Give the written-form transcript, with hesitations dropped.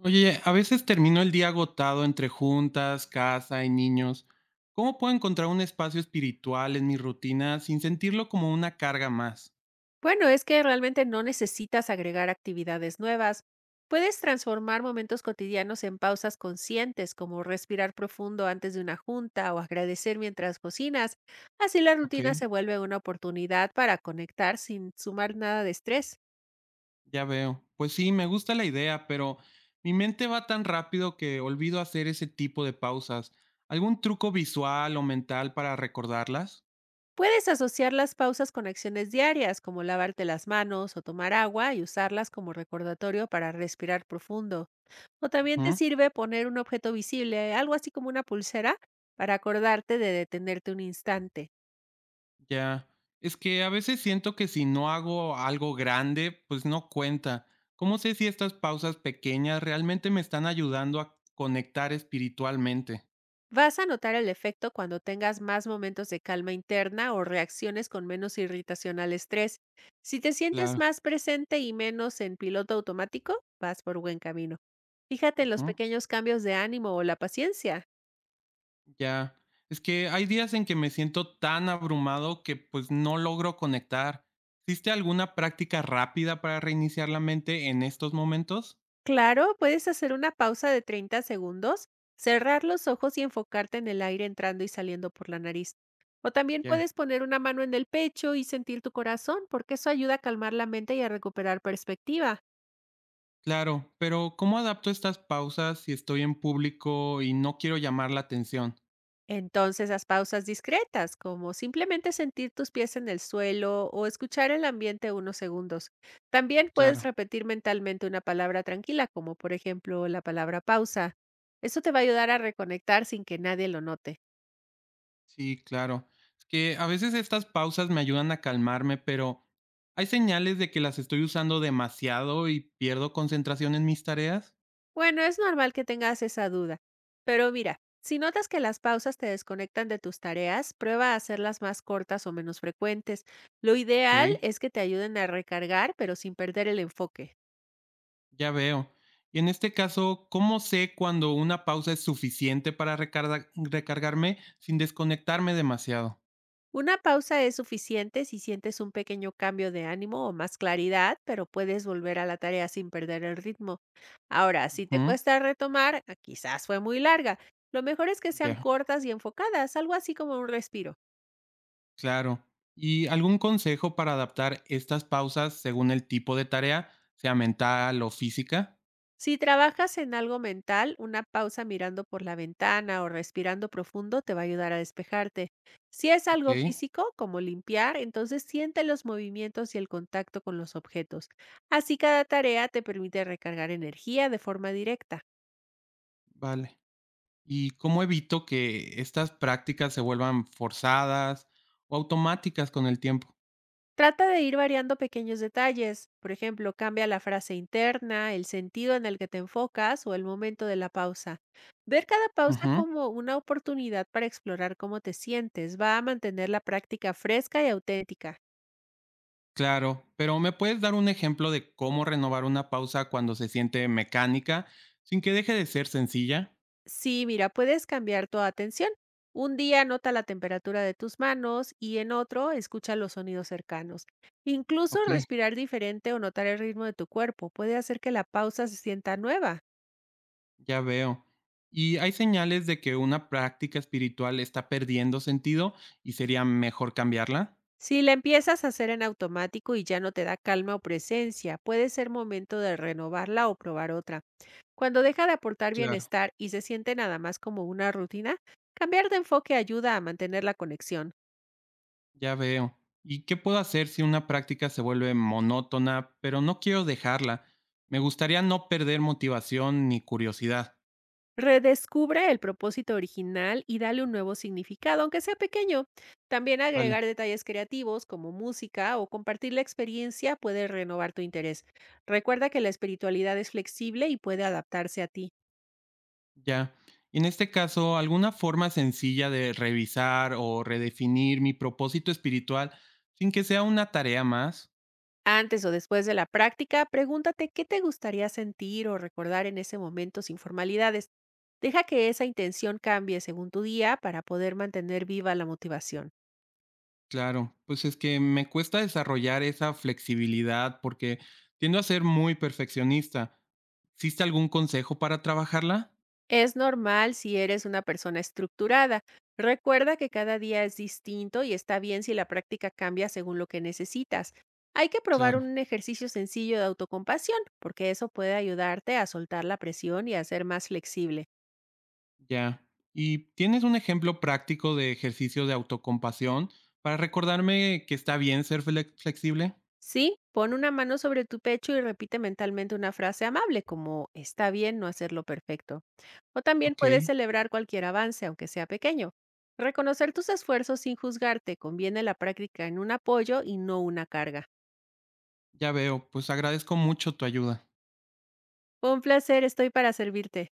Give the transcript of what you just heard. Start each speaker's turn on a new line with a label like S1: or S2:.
S1: Oye, a veces termino el día agotado entre juntas, casa y niños. ¿Cómo puedo encontrar un espacio espiritual en mi rutina sin sentirlo como una carga más?
S2: Bueno, es que realmente no necesitas agregar actividades nuevas. Puedes transformar momentos cotidianos en pausas conscientes, como respirar profundo antes de una junta o agradecer mientras cocinas. Así la
S1: Ok,
S2: rutina se vuelve una oportunidad para conectar sin sumar nada de estrés.
S1: ya veo. Pues sí, me gusta la idea, pero mi mente va tan rápido que olvido hacer ese tipo de pausas. ¿Algún truco visual o mental para recordarlas?
S2: Puedes asociar las pausas con acciones diarias, como lavarte las manos o tomar agua y usarlas como recordatorio para respirar profundo. O también te
S1: Ujú.
S2: sirve poner un objeto visible, algo así como una pulsera, para acordarte de detenerte un instante.
S1: Ya, es que a veces siento que si no hago algo grande, pues no cuenta. ¿Cómo sé si estas pausas pequeñas realmente me están ayudando a conectar espiritualmente?
S2: Vas a notar el efecto cuando tengas más momentos de calma interna o reacciones con menos irritación al estrés. Si te sientes
S1: Claro,
S2: más presente y menos en piloto automático, vas por buen camino. Fíjate en los
S1: ujú,
S2: pequeños cambios de ánimo o la paciencia.
S1: ya. Es que hay días en que me siento tan abrumado que pues no logro conectar. ¿Existe alguna práctica rápida para reiniciar la mente en estos momentos?
S2: Claro, puedes hacer una pausa de 30 segundos, cerrar los ojos y enfocarte en el aire entrando y saliendo por la nariz. O también
S1: Ya.
S2: puedes poner una mano en el pecho y sentir tu corazón, porque eso ayuda a calmar la mente y a recuperar perspectiva.
S1: Claro, pero ¿cómo adapto estas pausas si estoy en público y no quiero llamar la atención?
S2: Entonces, haz pausas discretas, como simplemente sentir tus pies en el suelo o escuchar el ambiente unos segundos. También puedes
S1: Claro.
S2: repetir mentalmente una palabra tranquila, como por ejemplo la palabra pausa. Eso te va a ayudar a reconectar sin que nadie lo note.
S1: Sí, claro. Es que a veces estas pausas me ayudan a calmarme, pero ¿hay señales de que las estoy usando demasiado y pierdo concentración en mis tareas?
S2: Bueno, es normal que tengas esa duda, pero mira, si notas que las pausas te desconectan de tus tareas, prueba a hacerlas más cortas o menos frecuentes. Lo
S1: Ok,
S2: ideal es que te ayuden a recargar, pero sin perder el enfoque.
S1: ya veo. Y en este caso, ¿cómo sé cuando una pausa es suficiente para recargarme sin desconectarme demasiado?
S2: Una pausa es suficiente si sientes un pequeño cambio de ánimo o más claridad, pero puedes volver a la tarea sin perder el ritmo. Ahora, si te
S1: Ujú,
S2: cuesta retomar, quizás fue muy larga. Lo mejor es que sean
S1: ya,
S2: cortas y enfocadas, algo así como un respiro.
S1: claro. ¿Y algún consejo para adaptar estas pausas según el tipo de tarea, sea mental o física?
S2: Si trabajas en algo mental, una pausa mirando por la ventana o respirando profundo te va a ayudar a despejarte. Si es
S1: Ok,
S2: algo físico, como limpiar, entonces siente los movimientos y el contacto con los objetos. Así cada tarea te permite recargar energía de forma directa.
S1: vale. ¿Y cómo evito que estas prácticas se vuelvan forzadas o automáticas con el tiempo?
S2: Trata de ir variando pequeños detalles, por ejemplo, cambia la frase interna, el sentido en el que te enfocas o el momento de la pausa. Ver cada pausa
S1: Ujú,
S2: como una oportunidad para explorar cómo te sientes va a mantener la práctica fresca y auténtica.
S1: claro, pero ¿me puedes dar un ejemplo de cómo renovar una pausa cuando se siente mecánica sin que deje de ser sencilla?
S2: Sí, mira, puedes cambiar tu atención. Un día nota la temperatura de tus manos y en otro escucha los sonidos cercanos. Incluso
S1: Ok,
S2: respirar diferente o notar el ritmo de tu cuerpo puede hacer que la pausa se sienta nueva.
S1: ya veo. ¿Y hay señales de que una práctica espiritual está perdiendo sentido y sería mejor cambiarla?
S2: Si la empiezas a hacer en automático y ya no te da calma o presencia, puede ser momento de renovarla o probar otra. Cuando deja de aportar
S1: Claro.
S2: bienestar y se siente nada más como una rutina, cambiar de enfoque ayuda a mantener la conexión.
S1: Ya veo. ¿Y qué puedo hacer si una práctica se vuelve monótona, pero no quiero dejarla? Me gustaría no perder motivación ni curiosidad.
S2: Redescubre el propósito original y dale un nuevo significado, aunque sea pequeño. También
S1: Vale,
S2: agregar detalles creativos como música o compartir la experiencia puede renovar tu interés. Recuerda que la espiritualidad es flexible y puede adaptarse a ti.
S1: ya. En este caso, ¿alguna forma sencilla de revisar o redefinir mi propósito espiritual sin que sea una tarea más?
S2: Antes o después de la práctica, pregúntate qué te gustaría sentir o recordar en ese momento sin formalidades. Deja que esa intención cambie según tu día para poder mantener viva la motivación.
S1: Claro, pues es que me cuesta desarrollar esa flexibilidad porque tiendo a ser muy perfeccionista. ¿Existe algún consejo para trabajarla?
S2: Es normal si eres una persona estructurada. Recuerda que cada día es distinto y está bien si la práctica cambia según lo que necesitas. Hay que probar
S1: Claro.
S2: un ejercicio sencillo de autocompasión, porque eso puede ayudarte a soltar la presión y a ser más flexible.
S1: Ya. ¿Y tienes un ejemplo práctico de ejercicio de autocompasión para recordarme que está bien ser flexible?
S2: Sí, pon una mano sobre tu pecho y repite mentalmente una frase amable como está bien no hacerlo perfecto. O también
S1: Ok,
S2: puedes celebrar cualquier avance, aunque sea pequeño. Reconocer tus esfuerzos sin juzgarte conviene la práctica en un apoyo y no una carga.
S1: ya veo. Pues agradezco mucho tu ayuda.
S2: Fue un placer, estoy para servirte.